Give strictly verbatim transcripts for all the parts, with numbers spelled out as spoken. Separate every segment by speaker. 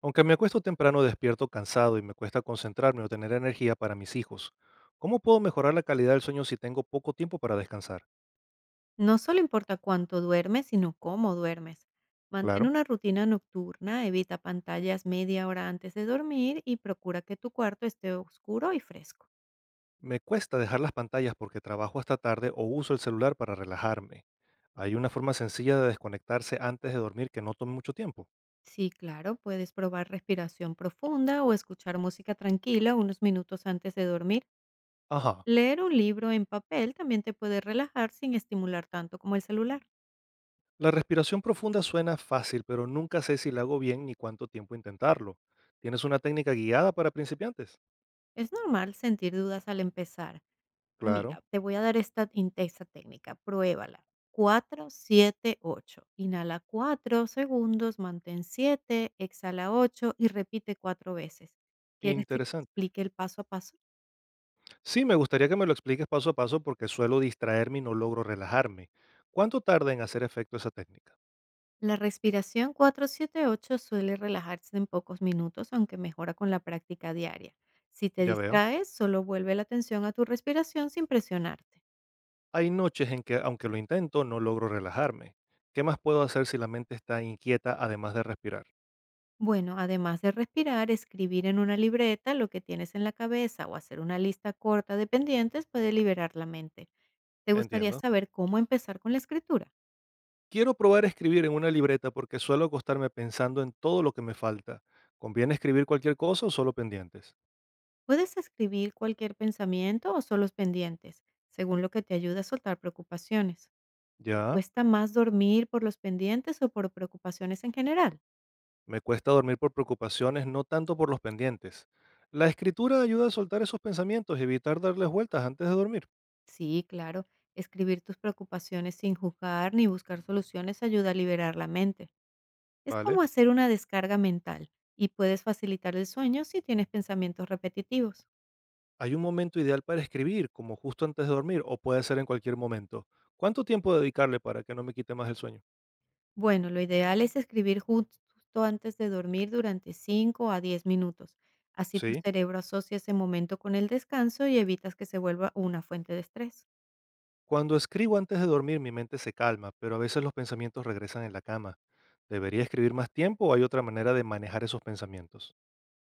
Speaker 1: Aunque me acuesto temprano, despierto cansado y me cuesta concentrarme o tener energía para mis hijos. ¿Cómo puedo mejorar la calidad del sueño si tengo poco tiempo para descansar?
Speaker 2: No solo importa cuánto duermes, sino cómo duermes. Mantén
Speaker 1: Claro,
Speaker 2: una rutina nocturna, evita pantallas media hora antes de dormir y procura que tu cuarto esté oscuro y fresco.
Speaker 1: me cuesta dejar las pantallas porque trabajo hasta tarde o uso el celular para relajarme. Hay una forma sencilla de desconectarse antes de dormir que no tome mucho tiempo.
Speaker 2: Sí, claro, puedes probar respiración profunda o escuchar música tranquila unos minutos antes de dormir.
Speaker 1: Ajá.
Speaker 2: Leer un libro en papel también te puede relajar sin estimular tanto como el celular.
Speaker 1: La respiración profunda suena fácil, pero nunca sé si la hago bien ni cuánto tiempo intentarlo. ¿Tienes una técnica guiada para principiantes?
Speaker 2: Es normal sentir dudas al empezar.
Speaker 1: Claro,
Speaker 2: Mira, te voy a dar esta, intensa técnica, pruébala. Cuatro, siete, ocho. Inhala cuatro segundos, mantén siete, exhala ocho y repite cuatro veces. ¿Quieres que te
Speaker 1: interesante.
Speaker 2: explique el paso a paso?
Speaker 1: Sí, me gustaría que me lo expliques paso a paso porque suelo distraerme y no logro relajarme. ¿Cuánto tarda en hacer efecto esa técnica?
Speaker 2: La respiración cuatro siete ocho suele relajarse en pocos minutos, aunque mejora con la práctica diaria. Si te
Speaker 1: Ya veo.
Speaker 2: distraes, solo vuelve la atención a tu respiración sin presionarte.
Speaker 1: Hay noches en que, aunque lo intento, no logro relajarme. ¿Qué más puedo hacer si la mente está inquieta además de respirar?
Speaker 2: Bueno, además de respirar, escribir en una libreta lo que tienes en la cabeza o hacer una lista corta de pendientes puede liberar la mente. ¿Te gustaría
Speaker 1: Entiendo.
Speaker 2: saber cómo empezar con la escritura?
Speaker 1: Quiero probar a escribir en una libreta porque suelo acostarme pensando en todo lo que me falta. ¿Conviene escribir cualquier cosa o solo pendientes?
Speaker 2: Puedes escribir cualquier pensamiento o solo pendientes, según lo que te ayude a soltar preocupaciones. ¿Te
Speaker 1: Ya.
Speaker 2: cuesta más dormir por los pendientes o por preocupaciones en general?
Speaker 1: Me cuesta dormir por preocupaciones, no tanto por los pendientes. La escritura ayuda a soltar esos pensamientos y evitar darles vueltas antes de dormir.
Speaker 2: Sí, claro, escribir tus preocupaciones sin juzgar ni buscar soluciones ayuda a liberar la mente. Es
Speaker 1: Vale.
Speaker 2: como hacer una descarga mental y puedes facilitar el sueño si tienes pensamientos repetitivos.
Speaker 1: ¿Hay un momento ideal para escribir, como justo antes de dormir, o puede ser en cualquier momento? ¿Cuánto tiempo dedicarle para que no me quite más el sueño?
Speaker 2: Bueno, lo ideal es escribir jus- justo antes de dormir durante cinco a diez minutos. Así tu
Speaker 1: Sí.
Speaker 2: cerebro asocia ese momento con el descanso y evitas que se vuelva una fuente de estrés.
Speaker 1: Cuando escribo antes de dormir, mi mente se calma, pero a veces los pensamientos regresan en la cama. ¿Debería escribir más tiempo o hay otra manera de manejar esos pensamientos?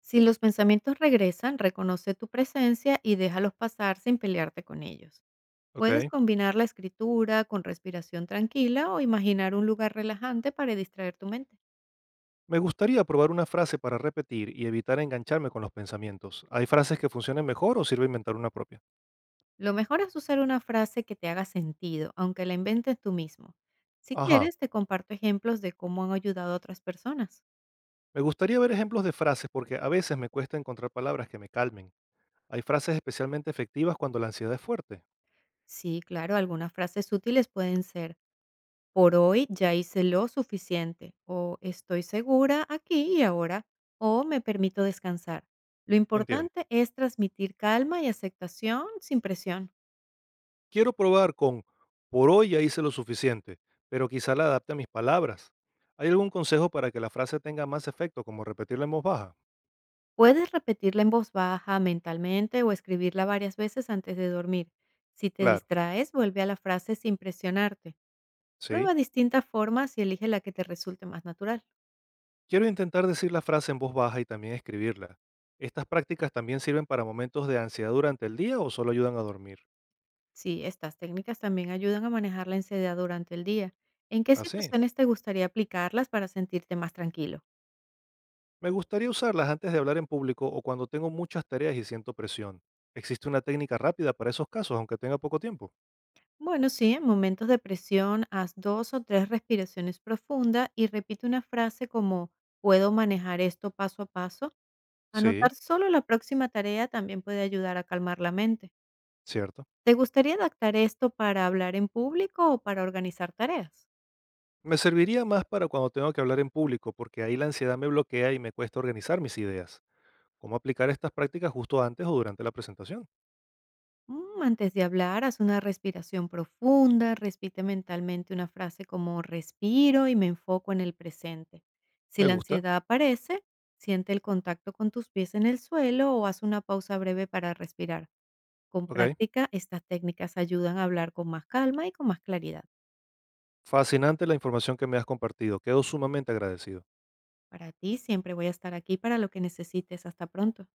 Speaker 2: Si los pensamientos regresan, reconoce tu presencia y déjalos pasar sin pelearte con ellos. Puedes
Speaker 1: Ok.
Speaker 2: combinar la escritura con respiración tranquila o imaginar un lugar relajante para distraer tu mente.
Speaker 1: Me gustaría probar una frase para repetir y evitar engancharme con los pensamientos. ¿Hay frases que funcionen mejor o sirve inventar una propia?
Speaker 2: Lo mejor es usar una frase que te haga sentido, aunque la inventes tú mismo. Si
Speaker 1: Ajá.
Speaker 2: quieres, te comparto ejemplos de cómo han ayudado a otras personas.
Speaker 1: Me gustaría ver ejemplos de frases porque a veces me cuesta encontrar palabras que me calmen. Hay frases especialmente efectivas cuando la ansiedad es fuerte.
Speaker 2: Sí, claro, algunas frases útiles pueden ser: por hoy ya hice lo suficiente, o estoy segura aquí y ahora, o me permito descansar. Lo
Speaker 1: Entiendo.
Speaker 2: importante es transmitir calma y aceptación sin presión.
Speaker 1: Quiero probar con por hoy ya hice lo suficiente, pero quizá la adapte a mis palabras. ¿Hay algún consejo para que la frase tenga más efecto, como repetirla en voz baja?
Speaker 2: Puedes repetirla en voz baja, mentalmente o escribirla varias veces antes de dormir. Si te
Speaker 1: Claro,
Speaker 2: distraes, vuelve a la frase sin presionarte.
Speaker 1: sí.
Speaker 2: Prueba distintas formas y elige la que te resulte más natural.
Speaker 1: Quiero intentar decir la frase en voz baja y también escribirla. ¿Estas prácticas también sirven para momentos de ansiedad durante el día o solo ayudan a dormir?
Speaker 2: Sí, estas técnicas también ayudan a manejar la ansiedad durante el día. ¿En qué
Speaker 1: Así.
Speaker 2: situaciones te gustaría aplicarlas para sentirte más tranquilo?
Speaker 1: Me gustaría usarlas antes de hablar en público o cuando tengo muchas tareas y siento presión. ¿Existe una técnica rápida para esos casos, aunque tenga poco tiempo?
Speaker 2: Bueno, sí, en momentos de presión, haz dos o tres respiraciones profundas y repite una frase como: puedo manejar esto paso a paso.
Speaker 1: Sí,
Speaker 2: Anotar solo la próxima tarea también puede ayudar a calmar la mente.
Speaker 1: cierto.
Speaker 2: ¿Te gustaría adaptar esto para hablar en público o para organizar tareas?
Speaker 1: Me serviría más para cuando tengo que hablar en público, porque ahí la ansiedad me bloquea y me cuesta organizar mis ideas. ¿Cómo aplicar estas prácticas justo antes o durante la presentación?
Speaker 2: Mm, Antes de hablar, haz una respiración profunda, repite mentalmente una frase como: respiro y me enfoco en el presente. Si
Speaker 1: Me
Speaker 2: la
Speaker 1: gusta,
Speaker 2: ansiedad aparece, siente el contacto con tus pies en el suelo o haz una pausa breve para respirar. Con
Speaker 1: ok.
Speaker 2: práctica, estas técnicas ayudan a hablar con más calma y con más claridad.
Speaker 1: Fascinante la información que me has compartido, quedo sumamente agradecido.
Speaker 2: Para ti, siempre voy a estar aquí para lo que necesites. Hasta pronto.